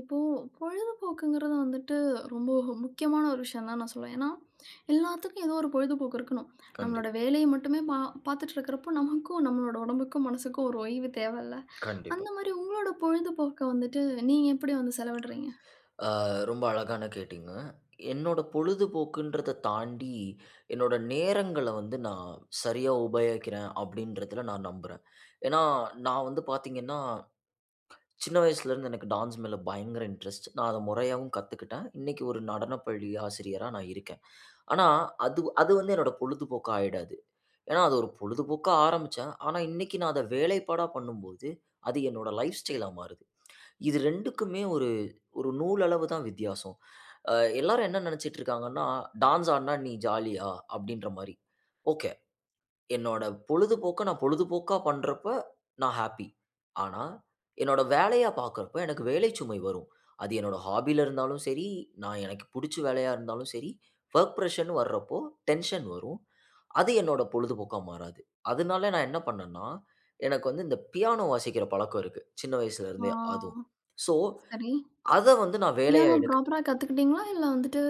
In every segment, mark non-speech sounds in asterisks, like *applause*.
இப்போ பொழுதுபோக்குங்கிறது வந்துட்டு ரொம்ப முக்கியமான ஒரு விஷயம் தான் நான் சொல்லுவேன். ஏன்னா, எல்லாத்துக்கும் ஏதோ ஒரு பொழுதுபோக்கு இருக்கணும். நம்மளோட கண்டிப்பா, வேலைய மட்டுமே பார்த்துட்டு இருக்கிறப்போ, நமக்கும் நம்மளோட உடம்புக்கும், மனசுக்கும் ஒரு ஓய்வு தேவல்ல. கண்டிப்பா. அந்த மாரி உங்களோட பொழுதுபோக்க வந்துட்டு நீங்க எப்படி வந்து செலவிடுறீங்க? அ ரொம்ப அழகான கேட்டீங்க. என்னோட பொழுதுபோக்குன்றத தாண்டி, என்னோட நேரங்கள வந்து நான் சரியா உபயோகிக்கிறேன் அப்படின்றதுல நான் நம்புறேன். ஏன்னா, நான் வந்து பார்த்தீங்கன்னா, சின்ன வயசுலேருந்து எனக்கு டான்ஸ் மேல பயங்கர இன்ட்ரெஸ்ட். நான் அத முறையாவும் கத்துக்கிட்டேன். இன்னைக்கு ஒரு நடனப் பள்ளி ஆசிரியரா நான் இருக்கேன். ஆனா, அது அது வந்து என்னோட பொழுதுபோக்கா ஆயிடாது. ஏன்னா, அது ஒரு பொழுதுபோக்கா ஆரம்பிச்சேன். ஆனா, இன்னைக்கு நான் அத வேலைப்பாடா பண்ணும்போது, அது என்னோட லைஃப் ஸ்டைலா மாறுது. இது 2க்குமே ஒரு ஒரு நூலளவு தான் வித்தியாசம். அ எல்லாரும் என்ன நெனச்சிட்டு இருக்காங்கன்னா, டான்ஸ் ஆடுனா நீ ஜாலியா? அப்டின்ற மாரி. ஓகே. என்னோட பொழுதுபோக்க நான் பொழுதுபோக்கா பண்றப்ப நான் ஹாப்பி. ஆனா, என்னோட வேலையா பார்க்குறப்ப எனக்கு வேலை சுமை வரும். அது என்னோட ஹாபில இருந்தாலும் சரி, நான் எனக்கு புடிச்ச வேலையா இருந்தாலும் சரி, வொர்க் பிரஷர்ன்னு வர்றப்போ டென்ஷன் வரும். அது என்னோட பொழுதுபோக்கா மாறாது. அதனால நான் என்ன பண்ணேன்னா, எனக்கு வந்து இந்த பியானோ வாசிக்கிற பழக்கம் இருக்கு. சின்ன வயசுல இருந்தே அதுவும். ஆ, ஸோ, சரி. அத வந்து நான் வேலையா பியானோ எடுக்க ப்ராப்பரா கத்துக்கிட்டீங்களா? இல்ல வந்துட்டு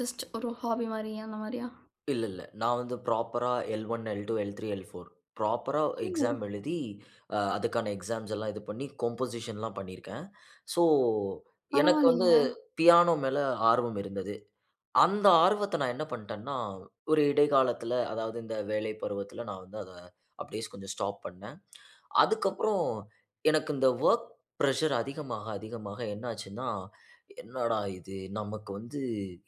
ஜஸ்ட் ஒரு ஹாபி மாரி அந்த மாரியா? இல்ல. நான் வந்து ப்ராப்பரா L1, L2, L3, L4 ப்ராப்பரா ம், எக்ஸாம் எழுதி, அதுக்கான எக்ஸாம்ஸ் எல்லாம் இது பண்ணி கம்போசிஷன்லாம் பண்ணியிருக்கேன். ஸோ, எனக்கு வந்து பரவாயில்லையேங்க. பியானோ மேல ஆர்வம் இருந்தது. அந்த ஆர்வத்த நான் என்ன பண்ணிட்டேன்னா, ஒரு இடைக்காலத்தில அதாவது இந்த வேலை பருவத்தில நான் வந்து அத அப்படியே கொஞ்சம் ஸ்டாப் பண்ணேன். அதுக்கப்புறம் எனக்கு இந்த வொர்க் பிரஷர் அதிகமாக, அதிகமாக என்ன ஆச்சுன்னா, "என்னடா இது! நமக்கு வந்து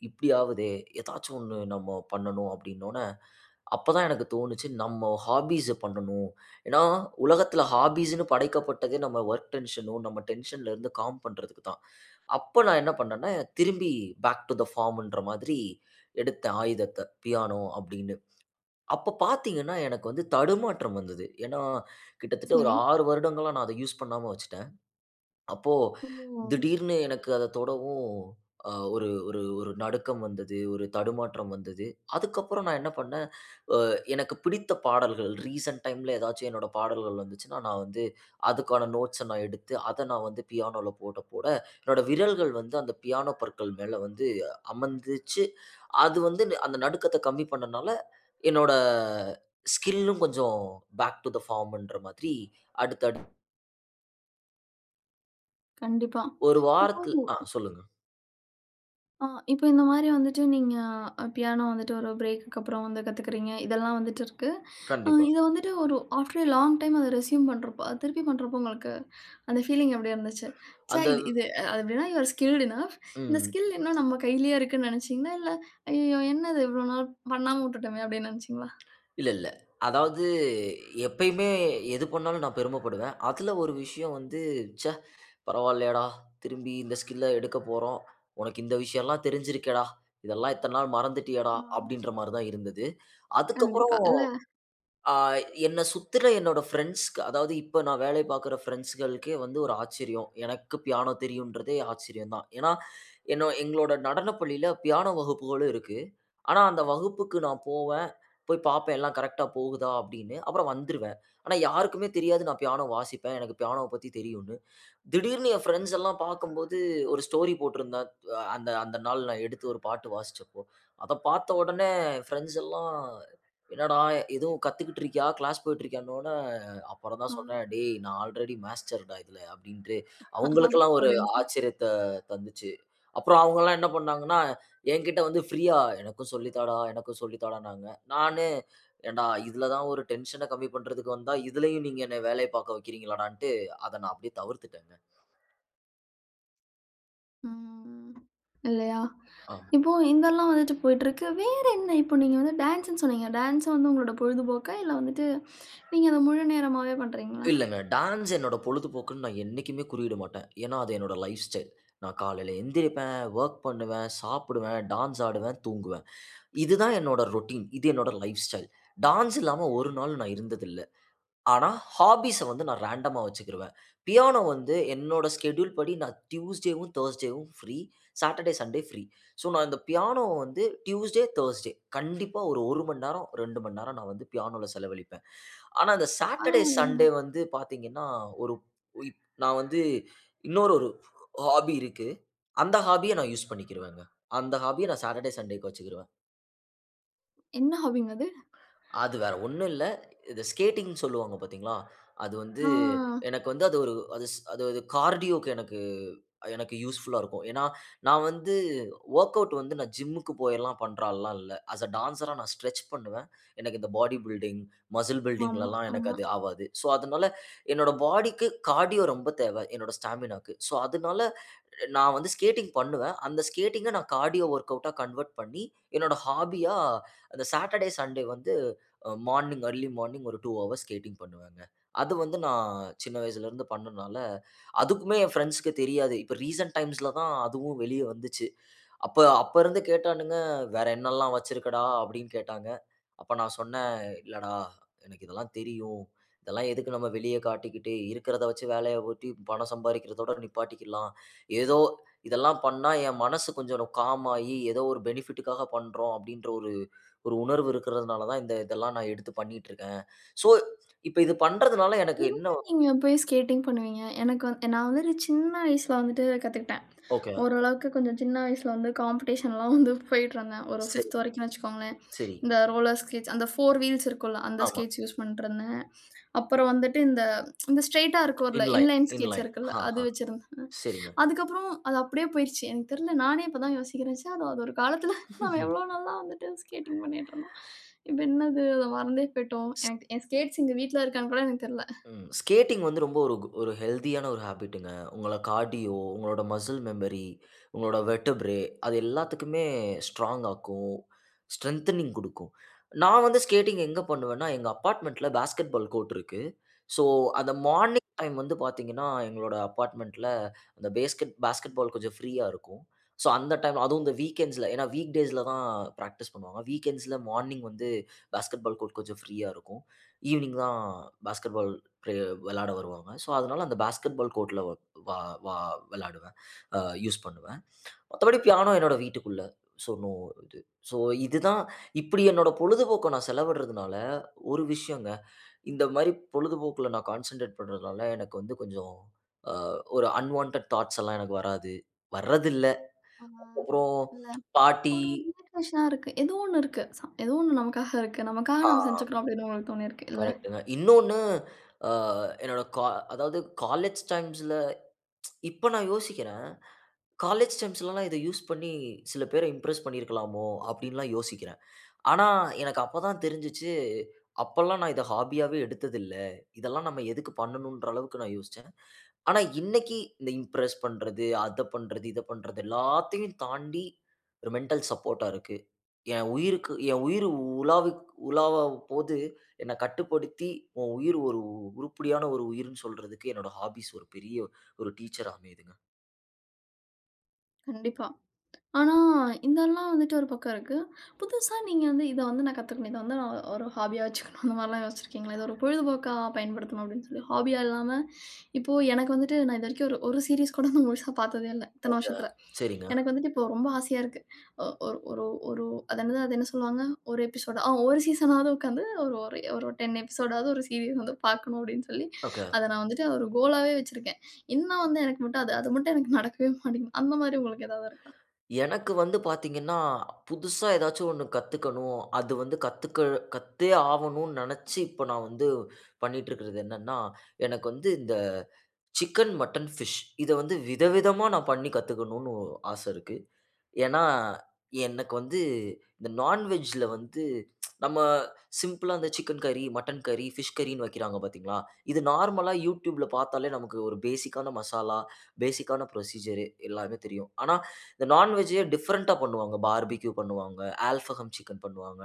இப்படி ஆவுதே! ஏதாச்சும் ஒண்ணு நம்ம பண்ணணும்." அப்படின்னோன அப்பதான் எனக்கு தோணுச்சு, நம்ம ஹாபீஸ் பண்ணணும். ஏன்னா, உலகத்தில ஹாபீஸ்ன்னு படைக்கப்பட்டதே நம்ம வொர்க் டென்ஷனோ, நம்ம டென்ஷன்ல இருந்து காம் பண்றதுக்கு தான். அப்ப நான் என்ன பண்ணேன்னா, திரும்பி பேக் டூ த ஃபார்ம்ன்ற மாதிரி எடுத்தேன் ஆயுதத்த. பியானோ அப்படின்னு. அப்ப பார்த்தீங்கன்னா, எனக்கு வந்து தடுமாற்றம் வந்தது. ஏன்னா, கிட்டத்தட்ட ஒரு சரி. 6 வருடங்களா நான் அத யூஸ் பண்ணாம வச்சுட்டேன். அப்போ ஓ! திடீர்னு எனக்கு அத தொடவும் அ ஒரு ஒரு ஒரு நடுக்கம் வந்தது. ஒரு தடுமாற்றம் வந்தது. அதுக்கப்புறம் நான் என்ன பண்ணேன், அ எனக்கு பிடித்த பாடல்கள் ரீசென்ட் டைம்ல ஏதாச்சும் என்னோட பாடல்கள் வந்துச்சுன்னா, நான் வந்து அதுக்கான நோட்ஸ நான் எடுத்து, அத நான் வந்து பியானோல போட போட, என்னோட விரல்கள் வந்து அந்த பியானோ பற்கள் மேல வந்து அமர்ந்துச்சு. அது வந்து அந்த நடுக்கத்த கம்மி பண்ணனால, என்னோட ஸ்கில்லும் கொஞ்சம் பேக் டூ த ஃபார்ம்ன்ற மாதிரி அடுத்தடுத்து கண்டிப்பா. ஒரு இப்போ வாரத்தில ஆ சொல்லுங்க. ஆ இப்போ இந்த மாரி வந்துட்டு நீங்க அ பியானோ வந்துட்டு ஒரு பிரேக்குக்கு அப்புறம் வந்து கத்துக்கிறீங்க. இதெல்லாம் வந்துட்டு இருக்கு. அ கண்டிப்பா. இத வந்துட்டு ஒரு ஆஃப்டர் எ லாங் டைம் அத ரெஸ்யூம் பண்றப்போ திருப்பி பண்றப்போ உங்களுக்கு அந்த ஃபீலிங் எப்படி இருந்துச்சு? ச்சே, அந்த இது இது அது எப்படின்னா யூ ஆர் ஸ்கில்ட் எனஃப். இந்த ம். ஸ்கில் இன்னும் நம்ம கையிலேயே இருக்குன்னு நினைச்சீங்களா? இல்ல ஐய்யயோ! என்னது இவ்வளோ நாள் பண்ணாம விட்டுட்டோமே அப்படின்னு நினைச்சீங்களா? இல்ல. அதாவது எப்பயுமே எது பண்ணாலும் நான் பெருமைப்படுவேன். அதுல ஒரு விஷயம் வந்து, "ச்சே! பரவாயில்லயேடா! திரும்பி இந்த ஸ்கில்ல எடுக்கப் போறோம். உனக்கு இந்த விஷயம்லாம் தெரிஞ்சிருக்கேடா! இதெல்லாம் இத்தன நாள் மறந்துட்டியேடா!" ஆ, அப்படீன்ற மாரி தான் இருந்தது. அதுக்கப்புறம் கண்டிப்பா. இல்ல. ஆ என்ன சுத்துற என்னோட ஃப்ரெண்ட்ஸ்க்கு, அதாவது இப்ப நான் வேலை பார்க்குற ஃப்ரெண்ட்ஸ்களுக்கே வந்து ஒரு ஆச்சரியம். எனக்கு பியானோ தெரியுன்றதே ஆச்சரியம் தான். ஏன்னா, எங்களோட நடனப் பள்ளியில பியானோ வகுப்புகளும் இருக்கு. ஆனா, அந்த வகுப்புக்கு நான் போவேன். போய் பார்ப்பேன் எல்லாம் கரெக்ட்டா போகுதா அப்படின்னு. அப்புறம் வந்துருவேன். ஆனா, யாருக்குமே தெரியாது நான் பியானோ வாசிப்பேன். எனக்கு பியானோவ பத்தி தெரியும்னு. திடீர்னு என் ஃப்ரெண்ட்ஸ் எல்லாம் பார்க்கும்போது ஒரு ஸ்டோரி போட்டிருந்தேன். அந்த அந்த நாள் நான் எடுத்து ஒரு பாட்டு வாசிச்சப்போ. அத பார்த்த உடனே என் ஃப்ரெண்ட்ஸ் எல்லாம் "என்னடா எதுவும் கத்துக்கிட்டு இருக்கியா? கிளாஸ் போயிட்டு இருக்கியான்னோனே" அப்புறம் தான் ஆ *laughs* சொன்னேன், "டேய் நான் ஆல்ரெடி மாஸ்டர்டா இதுல" அப்படின்ட்டு ஆ, ஆ, அவங்களுக்கெல்லாம் ஒரு அப்படின்னு சொல்லி. ஆச்சரியத்த தந்துச்சு. அப்புறம் அவங்கலாம் என்ன பண்ணாங்கன்னா, என்கிட்ட வந்து ஃப்ரீயா "எனக்கும் சொல்லி தாடா, எனக்கும் சொல்லி தாடான்னாங்க." நானு "ஏன்டா இதுல தான் ஒரு டென்ஷன கம்மி பண்றதுக்கு வந்தா, இதுலயும் நீங்க என்ன வேலைய பார்க்க வைக்கிறீங்களாடான்ட்டு" அத நான் அப்படியே தவிர்த்துட்டேங்க. ம். இல்லையா? ஆ. இப்போ இதெல்லாம் வந்துட்டு போயிட்டுருக்கு. வேற என்ன இப்போ நீங்க வந்து டான்ஸ்ன்னு சொன்னீங்க. டான்ஸ் வந்து உங்களோட பொழுதுபோக்கா? இல்ல வந்துட்டு நீங்க அத முழு நேரமாவே பண்றீங்களா? இல்லங்க. டான்ஸ் என்னோட பொழுதுபோக்குன்னு நான் என்னைக்குமே குறியிட மாட்டேன். ஏன்னா, அது என்னோட லைஃப் ஸ்டைல். நான் காலையில எந்திரிப்பேன், வொர்க் பண்ணுவேன், சாப்பிடுவேன், டான்ஸ் ஆடுவேன், தூங்குவேன். இதுதான் என்னோட ரொட்டீன். இது என்னோட லைஃப் ஸ்டைல். டான்ஸ் இல்லாம ஒரு நாள் நான் இருந்ததில்ல. ஆனா, ஹாபீஸ வந்து நான் ரேண்டமா வச்சுக்கிருவேன். பியானோ வந்து என்னோட ஸ்கெட்யூல் படி நான் டியூஸ்டேவும், தர்ஸ்டேவும் free. Saturday, Sunday free. So, நான் இந்த பியானோவ வந்து டியூஸ்டே, தர்ஸ்டே கண்டிப்பா ஒரு 1 மணி நேரம், 2 மணி நேரம் நான் வந்து பியானோல செலவழிப்பேன். ஆனா, இந்த சாட்டர்டே, பரவாயில்லையேங்க. சண்டே வந்து பார்த்தீங்கன்னா, ஒரு இப் நான் வந்து இன்னொரு ஒரு ஹாபி இருக்கு. அந்த ஹாபிய நான் யூஸ் பண்ணிக்கிருவேங்க. அந்த ஹாபிய நான் சாட்டர்டே, சண்டேக்கு வச்சுக்கிருவேன். என்ன ஹாபிங்க அது? அது வேற ஒண்ணும் இல்ல. இது ஸ்கேட்டிங்ன்னு சொல்லுவாங்க பார்த்தீங்களா? அது வந்து ஆ, எனக்கு வந்து அது ஒரு கார்டியோக்கு எனக்கு எனக்கு யூஸ்ஃபுல்லா இருக்கும். ஏன்னா, நான் வந்து வொர்க் அவுட் வந்து நான் ஜிம்முக்கு போயெல்லாம் பண்ற ஆள்லாம் இல்ல. ஆஸ் அ டான்ஸரா நான் ஸ்ட்ரெச் பண்ணுவேன். எனக்கு இந்த பாடி பில்டிங், மசில் ஆமா, பில்டிங்லலாம் எனக்கு ஆமா. அது ஆவாது. ஸோ, அதனால என்னோட பாடிக்கு கார்டியோ ரொம்ப தேவை. என்னோட ஸ்டாமினாக்கு. ஸோ, அதனால நான் வந்து ஸ்கேட்டிங் பண்ணுவேன். அந்த ஸ்கேட்டிங்க நான் கார்டியோ வொர்க் அவுட்டா கன்வெர்ட் பண்ணி, என்னோட ஹாபியா அந்த சாட்டர்டே, சண்டே வந்து மார்னிங் அர்லி மார்னிங் ஒரு 2 ஹவர்ஸ் ஸ்கேட்டிங் பண்ணுவேங்க. அது வந்து நான் சின்ன வயசுலேருந்து பண்ணனால, அதுக்குமே என் ஃப்ரெண்ட்ஸ்க்கு தெரியாது. இப்ப ரீசென்ட் டைம்ஸ்ல தான் அதுவும் வெளிய வந்துச்சு. அப்ப அப்ப இருந்து கேட்டானுங்க, "வேற என்னலாம் வச்சிருக்கடா?" அப்படின்னு கேட்டாங்க. அப்ப நான் சொன்னேன், "இல்லடா, எனக்கு இதெல்லாம் தெரியும். இதெல்லாம் எதுக்கு நம்ம வெளிய காட்டிக்கிட்டு, இருக்கிறத வச்சு வேலைய ஓட்டி பணம் சம்பாரிக்கிறதோட நிப்பாட்டிக்கலாம். ஏதோ இதெல்லாம் பண்ணா என் மனசு கொஞ்சம் காம் ஆயி, ஏதோ ஒரு பெனிஃபிட்டுக்காக பண்றோம்." அப்படின்ற ஒரு ஒரு உணர்வு இருக்கிறதுனால தான், இந்த இதெல்லாம் நான் எடுத்து பண்ணிட்டுருக்கேன். ஸோ, இப்ப இது பண்றதுனால எனக்கு என்ன எங்க நீங்க போய் ஸ்கேட்டிங் பண்ணுவீங்க? எனக்கு வந்து நான் வந்துட்டு சின்ன வயசுல வந்துட்டு கத்துக்கிட்டேன். ஓகே. ஓரளவுக்கு கொஞ்சம் சின்ன வயசுல வந்து காம்படிஷன்லாம் வந்து போயிட்டுருந்தேன். ஒரு சரி, 5த் வரைக்கும்னு வச்சுக்கோங்களேன். சரி. இந்த ரோலர் ஸ்கேட்ஸ் அந்த 4 வீல்ஸ் இருக்கும்ல, அந்த ஆமா. ஸ்கேட்ஸ் யூஸ் பண்ணிட்டுருந்தேன். அப்புறம் வந்துட்டு இந்த இந்த ஸ்ட்ரெய்ட்டா இருக்கும்ல, இன்லைன், இன்லைன் ஸ்கேட்ஸ் இன்லைன். இருக்குல்ல, அது ஆஹா. வச்சிருந்தேன். சரிங்க. அதுக்கப்புறம் அது அப்படியே போயிருச்சு. எனக்கு தெரியல. நானே இப்ப தான் யோசிக்கிறேன். ச்சே! அது அது ஒரு காலத்துல *laughs* நம்ம எவ்ளோ *laughs* நல்லா வந்துட்டு ஸ்கேட்டிங் பண்ணிட்டுருந்தோம். இப்ப என்னது அத மறந்தே போயிட்டோம். எனக்கு என் ஸ்கேட்ஸ் எங்க வீட்ல இருக்கான்னு கூட எனக்கு தெரியல. ம். ஸ்கேட்டிங் வந்து ரொம்ப ஒரு ஒரு ஹெல்தியான ஒரு ஹேபிட்டுங்க. உங்கள கார்டியோ, உங்களோட மசில் மெமரி, உங்களோட வெர்டபிரே அது எல்லாத்துக்குமே ஸ்ட்ராங் ஆக்கும். ஸ்ட்ரெங்தனிங் குடுக்கும். நான் வந்து ஸ்கேட்டிங் எங்க பண்ணுவேன்னா, எங்க அபார்ட்மெண்ட்ல பாஸ்கெட் பால் கோர்ட் இருக்கு. ஸோ, அந்த மார்னிங் டைம் வந்து பார்த்தீங்கன்னா, எங்களோட அபார்ட்மெண்ட்ல அந்த பாஸ்கெட் பால் கொஞ்சம் ஃப்ரீயா இருக்கும். ஸோ, அந்த டைம் அதுவும் இந்த வீக்கெண்ட்ஸ்ல ஏன்னா வீக் டேஸ்ல தான் பிராக்டிஸ் பண்ணுவாங்க. வீக்கெண்ட்ஸ்ல மார்னிங் வந்து பாஸ்கெட் பால் கோர்ட் கொஞ்சம் ஃப்ரீயா இருக்கும். ஈவ்னிங் தான் பாஸ்கெட் பால் ப்ளே விளையாட வருவாங்க. ஸோ, அதனால அந்த பாஸ்கெட் பால் கோர்ட்ல வ வா வா விளையாடுவேன். அ யூஸ் பண்ணுவேன். மத்தபடி பியானோ என்னோட வீட்டுக்குள்ள. ஸோ, நோ இது. ஸோ, இதுதான் இப்படி என்னோட பொழுதுபோக்க நான் செலவிடுறதுனால, ஒரு விஷயங்க. இந்த மாரி பொழுதுபோக்குல நான் கான்சன்ட்ரேட் பண்றதுனால, எனக்கு வந்து கொஞ்சம் அ ஒரு அன்வான்டட் தாட்ஸ் எல்லாம் எனக்கு வராது. வர்றதில்ல. ஆ, அதுக்கப்புறம் இல்ல. பாட்டி ஒரு ரிலாக்சேஷனா இருக்கு. ஏதோ ஒண்ணு இருக்கு. ஏதோ ஒண்ணு நமக்காக இருக்கு. நமக்காக ஆ நம்ம செஞ்சுக்கிறோம் அப்படின்னு உங்களுக்கு தோணியிருக்கு இல்ல? கரெக்ட்டுங்க. இன்னொன்னு அ என்னோட கா அதாவது காலேஜ் டைம்ஸ்ல இப்ப நான் யோசிக்கிறேன் காலேஜ் டைம்ஸ்லலாம் இத யூஸ் பண்ணி சில பேர இம்ப்ரெஸ் பண்ணியிருக்கலாமோ! அப்டின்லாம் யோசிக்கிறேன். ஆனா, எனக்கு அப்ப தான் தெரிஞ்சுச்சு, அப்பலாம் நான் இத ஹாபியாவே எடுத்ததில்ல. இதெல்லாம் நம்ம எதுக்கு பண்ணணுன்ற அளவுக்கு நான் யோசிச்சேன். ஆனா, இன்னைக்கு இந்த இம்ப்ரெஸ் பண்றது, அத பண்றது, இத பண்றது எல்லாத்தையும் தாண்டி ஒரு மென்டல் சப்போர்ட்டா இருக்கு. என் உயிருக்கு என் உயிர் உலாவி உலாவப்போது என்ன கட்டுப்படுத்தி, உன் உயிர் ஒரு உருப்படியான ஒரு உயிர்ன்னு சொல்றதுக்கு என்னோட ஹாபிஸ் ஒரு பெரிய ஒரு டீச்சரா அமையுதுங்க. கண்டிப்பா. ஆனா, இதெல்லாம் வந்துட்டு ஒரு பக்கம் இருக்கு. புதுசா நீங்க வந்து இத வந்து நான் கத்துக்கணும். இத வந்து நான் ஒரு ஹாபியா வச்சுக்கணும். அந்த மாரிலாம் யோசிச்சிருக்கீங்களா? இத ஒரு பொழுதுபோக்கா பயன்படுத்தணும் அப்படின்னு சொல்லி. ஹாபியா இல்லாம இப்போ எனக்கு வந்துட்டு நான் இது வரைக்கும் ஒரு ஒரு சீரிஸ் கூட நான் முழுசா பார்த்ததே இல்ல. இத்தன ஓகே. வருஷத்துல. சரிங்க. எனக்கு வந்துட்டு இப்போ ரொம்ப ஆசையா இருக்கு. ஒ ஒரு ஒரு ஒரு அது என்னது அது என்ன சொல்லுவாங்க? ஒரு எபிசோடு ஆ ஒரு சீசனாவது உட்காந்து ஒரு ஒரு ஒரு 10 எபிசோடாவது ஒரு சீரிஸ் வந்து பார்க்கணும் அப்படின்னு சொல்லி, ஓகே. அத நான் வந்துட்டு ஒரு கோலாவே வச்சிருக்கேன். இன்னும் வந்து எனக்கு மட்டும் அது அது மட்டும் எனக்கு நடக்கவே மாட்டேங்குது. அந்த மாரி உங்களுக்கு ஏதாவது இருக்கா? எனக்கு வந்து பார்த்தீங்கன்னா, புதுசா ஏதாச்சும் ஒண்ணு கத்துக்கணும். அது வந்து கத்தே ஆவணும்னு நெனச்சு, இப்ப நான் வந்து பண்ணிட்டுருக்கிறது என்னன்னா, எனக்கு வந்து இந்த சிக்கன், மட்டன், ஃபிஷ் இத வந்து விதவிதமா நான் பண்ணி கத்துக்கணும்னு ஆச இருக்கு. ஏன்னா, எனக்கு வந்து இந்த நான்வெஜ்ல வந்து நம்ம சிம்பிளா இந்த சிக்கன் கறி, மட்டன் கறி, ஃபிஷ் கறின்னு வைக்கிறாங்க பார்த்தீங்களா? இது நார்மலா யூடியூப்ல பார்த்தாலே நமக்கு ஒரு பேசிக்கான மசாலா, பேசிக்கான ப்ரொசீஜர் எல்லாமே தெரியும். ஆனா, இந்த நான்வெஜ்ஜே டிஃபரண்ட்டா பண்ணுவாங்க. பார்பிக்யூ பண்ணுவாங்க, ஆல்ஃபஹம் சிக்கன் பண்ணுவாங்க.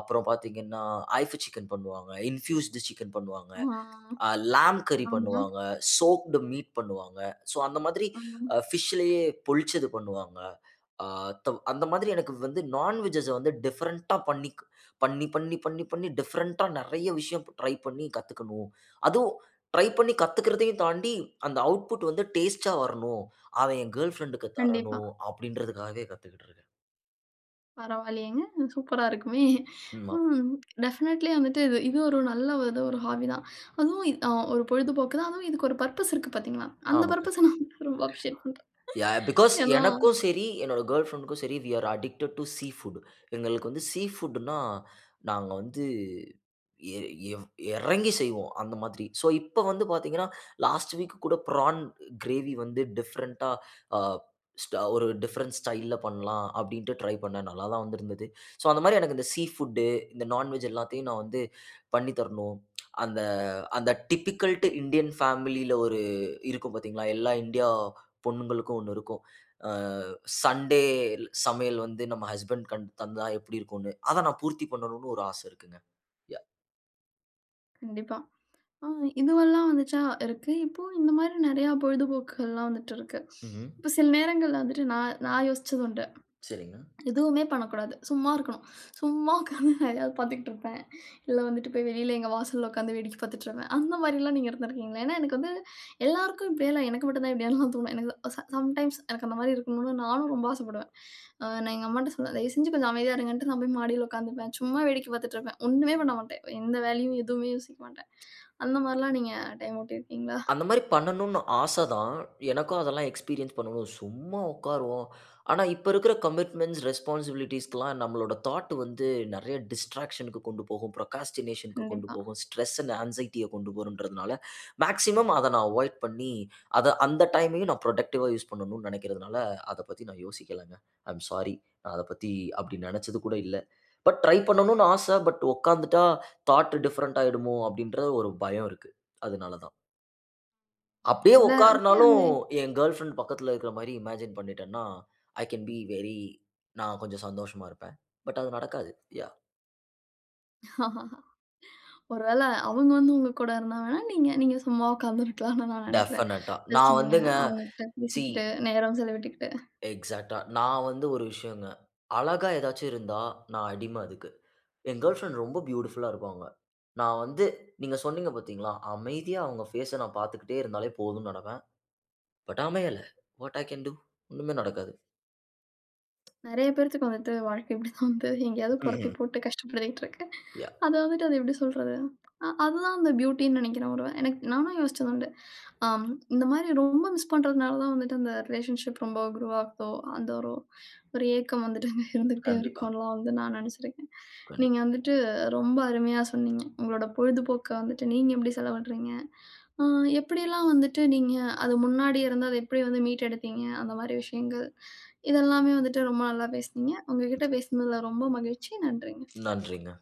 அப்புறம் பார்த்தீங்கன்னா, ஐஃபு சிக்கன் பண்ணுவாங்க, இன்ஃப்யூஸ்டு சிக்கன் பண்ணுவாங்க. ஆ, அ லாம் கறி ஆமா. பண்ணுவாங்க. சோக்டு மீட் பண்ணுவாங்க. ஸோ, அந்த மாதிரி ஆமா. ஃபிஷ்லயே பொரிச்சது பண்ணுவாங்க. அ தவ் அந்த மாதிரி எனக்கு வந்து நான்வெஜ்ஜஸ வந்து டிஃபரண்ட்டா பண்ணி டிஃபரண்ட்டா நெறைய விஷயம் ட்ரை பண்ணி கத்துக்கணும். அதுவும் ட்ரை பண்ணி கத்துக்கிறதையும் தாண்டி, அந்த அவுட்புட் வந்து டேஸ்ட்டா வரணும். அவன் என் கேர்ல் ஃபிரெண்டுக்கு கண்டிப்பா. தரணும். அப்படின்றதுக்காகவே கத்துக்கிட்டு இருக்கேன். பரவாயில்லையேங்க. சூப்பரா இருக்குமே! ம். ம். டெஃபினெட்லி வந்துட்டு இது இது ஒரு நல்ல ஒரு ஒரு ஹாபி தான். அதுவும் இ அ ஒரு பொழுதுபோக்கு தான். அதுவும் இதுக்கு ஒரு பர்ப்பஸ் இருக்கு பார்த்தீங்களா? அந்த ஆமா. பர்ப்பஸ நான் ரொம்ப அப்ரிஷியேட் பண்றேன். யா பிகாஸ் ஏன்னா, எனக்கும் சரி, என்னோட கேர்ள் ஃபிரெண்டுக்கும் சரி, we are addicted to seafood. எங்களுக்கு வந்து சீ ஃபுட்னா, நாங்க வந்து எ எவ் இறங்கி செய்வோம், அந்த மாதிரி. ஸோ, இப்ப வந்து பார்த்தீங்கன்னா, லாஸ்ட் வீக் கூட ப்ரான் கிரேவி வந்து டிஃபரெண்ட்டா அ ஸ்ட ஒரு டிஃபரண்ட் ஸ்டைல்ல பண்ணலாம் அப்படின்ட்டு ட்ரை பண்ணேன். நல்லா தான் வந்திருந்தது. ஸோ, அந்த மாரி எனக்கு இந்த சீ ஃபுட்டு, இந்த நான்வெஜ் எல்லாத்தையும் நான் வந்து பண்ணி தரணும். அந்த அந்த டிபிக்கல்ட்டு இந்தியன் ஃபேமிலியில ஒரு இருக்கும் பார்த்தீங்களா? எல்லா இந்தியா பொண்ணுங்களுக்கும் ஒண்ணு இருக்கும். அ சண்டே சமையல் வந்து நம்ம ஹஸ்பண்ட் கண் தந்தா எப்படி இருக்கும்னு. அத நான் பூர்த்தி பண்ணணும்னு ஒரு ஆசை இருக்குங்க. யா. கண்டிப்பா. ஆ, இதுவெல்லாம் வந்துச்சா இருக்கு. இப்போ இந்த மாரி நெறையா பொழுதுபோக்குகள்லாம் வந்துட்டு இருக்கு. ம்ஹ்ம். இப்போ சில நேரங்கள்ல வந்துட்டு நான் நான் யோசிச்சது உண்டு. சரிங்க. எதுவுமே பண்ணக்கூடாது. சும்மா இருக்கணும். சும்மா உட்காந்து எதையாவது பார்த்துக்கிட்டு இருப்பேன். இல்ல வந்துட்டு போய் வெளியில எங்க வாசல்ல உட்காந்து வேடிக்கை பார்த்துட்டு இருப்பேன். அந்த மாரிலாம் நீங்க இருந்திருக்கீங்களா? ஏன்னா எனக்கு வந்து எல்லாருக்கும் இப்படியெல்லாம் எனக்கு மட்டும் தான் இப்படியான்லாம் தோணும். எனக்கு சம்டைம்ஸ் எனக்கு அந்த மாரி இருக்கணும்னு நானும் ரொம்ப ஆசைப்படுவேன். அ நான் எங்க அம்மாட்ட சொல்லுவேன், "தயவு செஞ்சு கொஞ்சம் அமைதியா இருங்கன்ட்டு". நான் போய் மாடியில உட்காந்துப்பேன். சும்மா வேடிக்கை பார்த்துட்டு இருப்பேன். ஒண்ணுமே பண்ண மாட்டேன். எந்த வேலையும் எதுவுமே யோசிக்க மாட்டேன். அந்த மாரிலாம் நீங்க டைம் ஓட்டியிருக்கீங்களா? அந்த மாரி பண்ணணும்னு ஆசை தான். எனக்கும் அதெல்லாம் எக்ஸ்பீரியன்ஸ் பண்ணணும். சும்மா உட்காருவோம். ஆனா, இப்ப இருக்கிற கமிட்மெண்ட்ஸ், ரெஸ்பான்சிபிலிட்டீஸ்க்குலாம் நம்மளோட தாட் வந்து நெறைய டிஸ்ட்ராக்ஷனுக்கு கொண்டு போகும். ப்ரொக்ராஸ்டினேஷனுக்கு கொண்டு கண்டிப்பா. போகும். ஸ்ட்ரெஸ் அண்ட் ஆங்சைட்டிய கொண்டு போகும்ன்றதுனால, மேக்ஸிமம் அத நான் அவாய்ட் பண்ணி, அத அந்த டைமையும் நான் ப்ரொடக்டிவா யூஸ் பண்ணணும்னு நெனைக்கிறதுனால, அத பத்தி நான் யோசிக்கலங்க. ஐ அம் சாரி. நான் அத பத்தி அப்படி நெனைச்சது கூட இல்ல. பட் ட்ரை பண்ணணும்னு ஆசை. பட் உட்காந்துட்டா தாட் டிஃபரண்ட் ஆயிடுமோ! அப்படின்ற ஒரு பயம் இருக்கு. அதனால தான். அப்படியே எல்லா அது உட்காருனாலும், என் கேர்ள் ஃபிரெண்ட் பக்கத்துல இருக்கிற மாரி இமேஜின் பண்ணிட்டேன்னா, ஐ கேன் பி வெரி நான் கொஞ்சம் சந்தோஷமா இருப்பேன். பட் அது நடக்காது. யாஹ்! *laughs* ஒரு வேள அவங்க வந்து உங்க கூட இருந்தா வேணா, நீங்க நீங்க சும்மா உட்காந்துருக்கலாம்னு நான் நெனைக்கிறேன். டெஃபினட்டா. ஜஸ்ட் நான் நீங்க வந்துங்க அவங்ககிட்ட சி பேசிக்கிட்டு, நேரம் செலவிட்டுக்கிட்டு எக்ஸாக்ட்டா. நான் வந்து ஒரு விஷயங்க. அழகா ஏதாச்சும் இருந்தா, நான் அடிமை அதுக்கு. என் கேர்ள் ஃபிரெண்ட் ரொம்ப பியூட்டிஃபுல்லா இருப்பாங்க. நான் வந்து நீங்க சொன்னீங்க பார்த்தீங்களா? அமைதியா அவங்க ஃபேஸ நான் பார்த்துக்கிட்டே இருந்தாலே போதும்னு நெனப்பேன். பட் அமையல. What I can do? ஒண்ணுமே நடக்காது. நெறைய பேர்த்துக்கு வந்துட்டு வாழ்க்கை இப்படிதான் வந்து எங்கேயாவது புரட்டி ம்ஹ்ம். போட்டு கஷ்டப்படுத்திட்டு இருக்கு. யாஹ்! அத வந்துட்டு அது எப்படி சொல்றது? அ அதுதான் அந்த பியூட்டின்னு நெனைக்கிறேன் ஒரு எனக்கு நானும் யோசிச்சது உண்டு. ஆம், இந்த மாரி ரொம்ப மிஸ் பண்றதுனால தான் வந்துட்டு அந்த ரிலேஷன்ஷிப் ரொம்ப குருவாகுதோ, அந்த ஒரு ஒரு ஏக்கம் வந்துட்டு அங்க இருந்துகிட்டே கண்டிப்பா. இருக்கும்லாம் வந்து நான் நெனச்சிருக்கேன். கண்டிப் நீங்க வந்துட்டு ரொம்ப அருமையா சொன்னீங்க. உங்களோட பொழுதுபோக்க வந்துட்டு நீங்க எப்படி செலவிடுறீங்க? ஆ, எப்படிலாம் வந்துட்டு நீங்க அது முன்னாடி இருந்து அத எப்படி வந்து மீட்டெடுத்தீங்க? அந்த மாரி விஷயங்கள். இதெல்லாமே வந்துட்டு ரொம்ப நல்லா பேசுனீங்க. உங்ககிட்ட பேசினதுல ரொம்ப மகிழ்ச்சி. நன்றி. நன்றிங்க.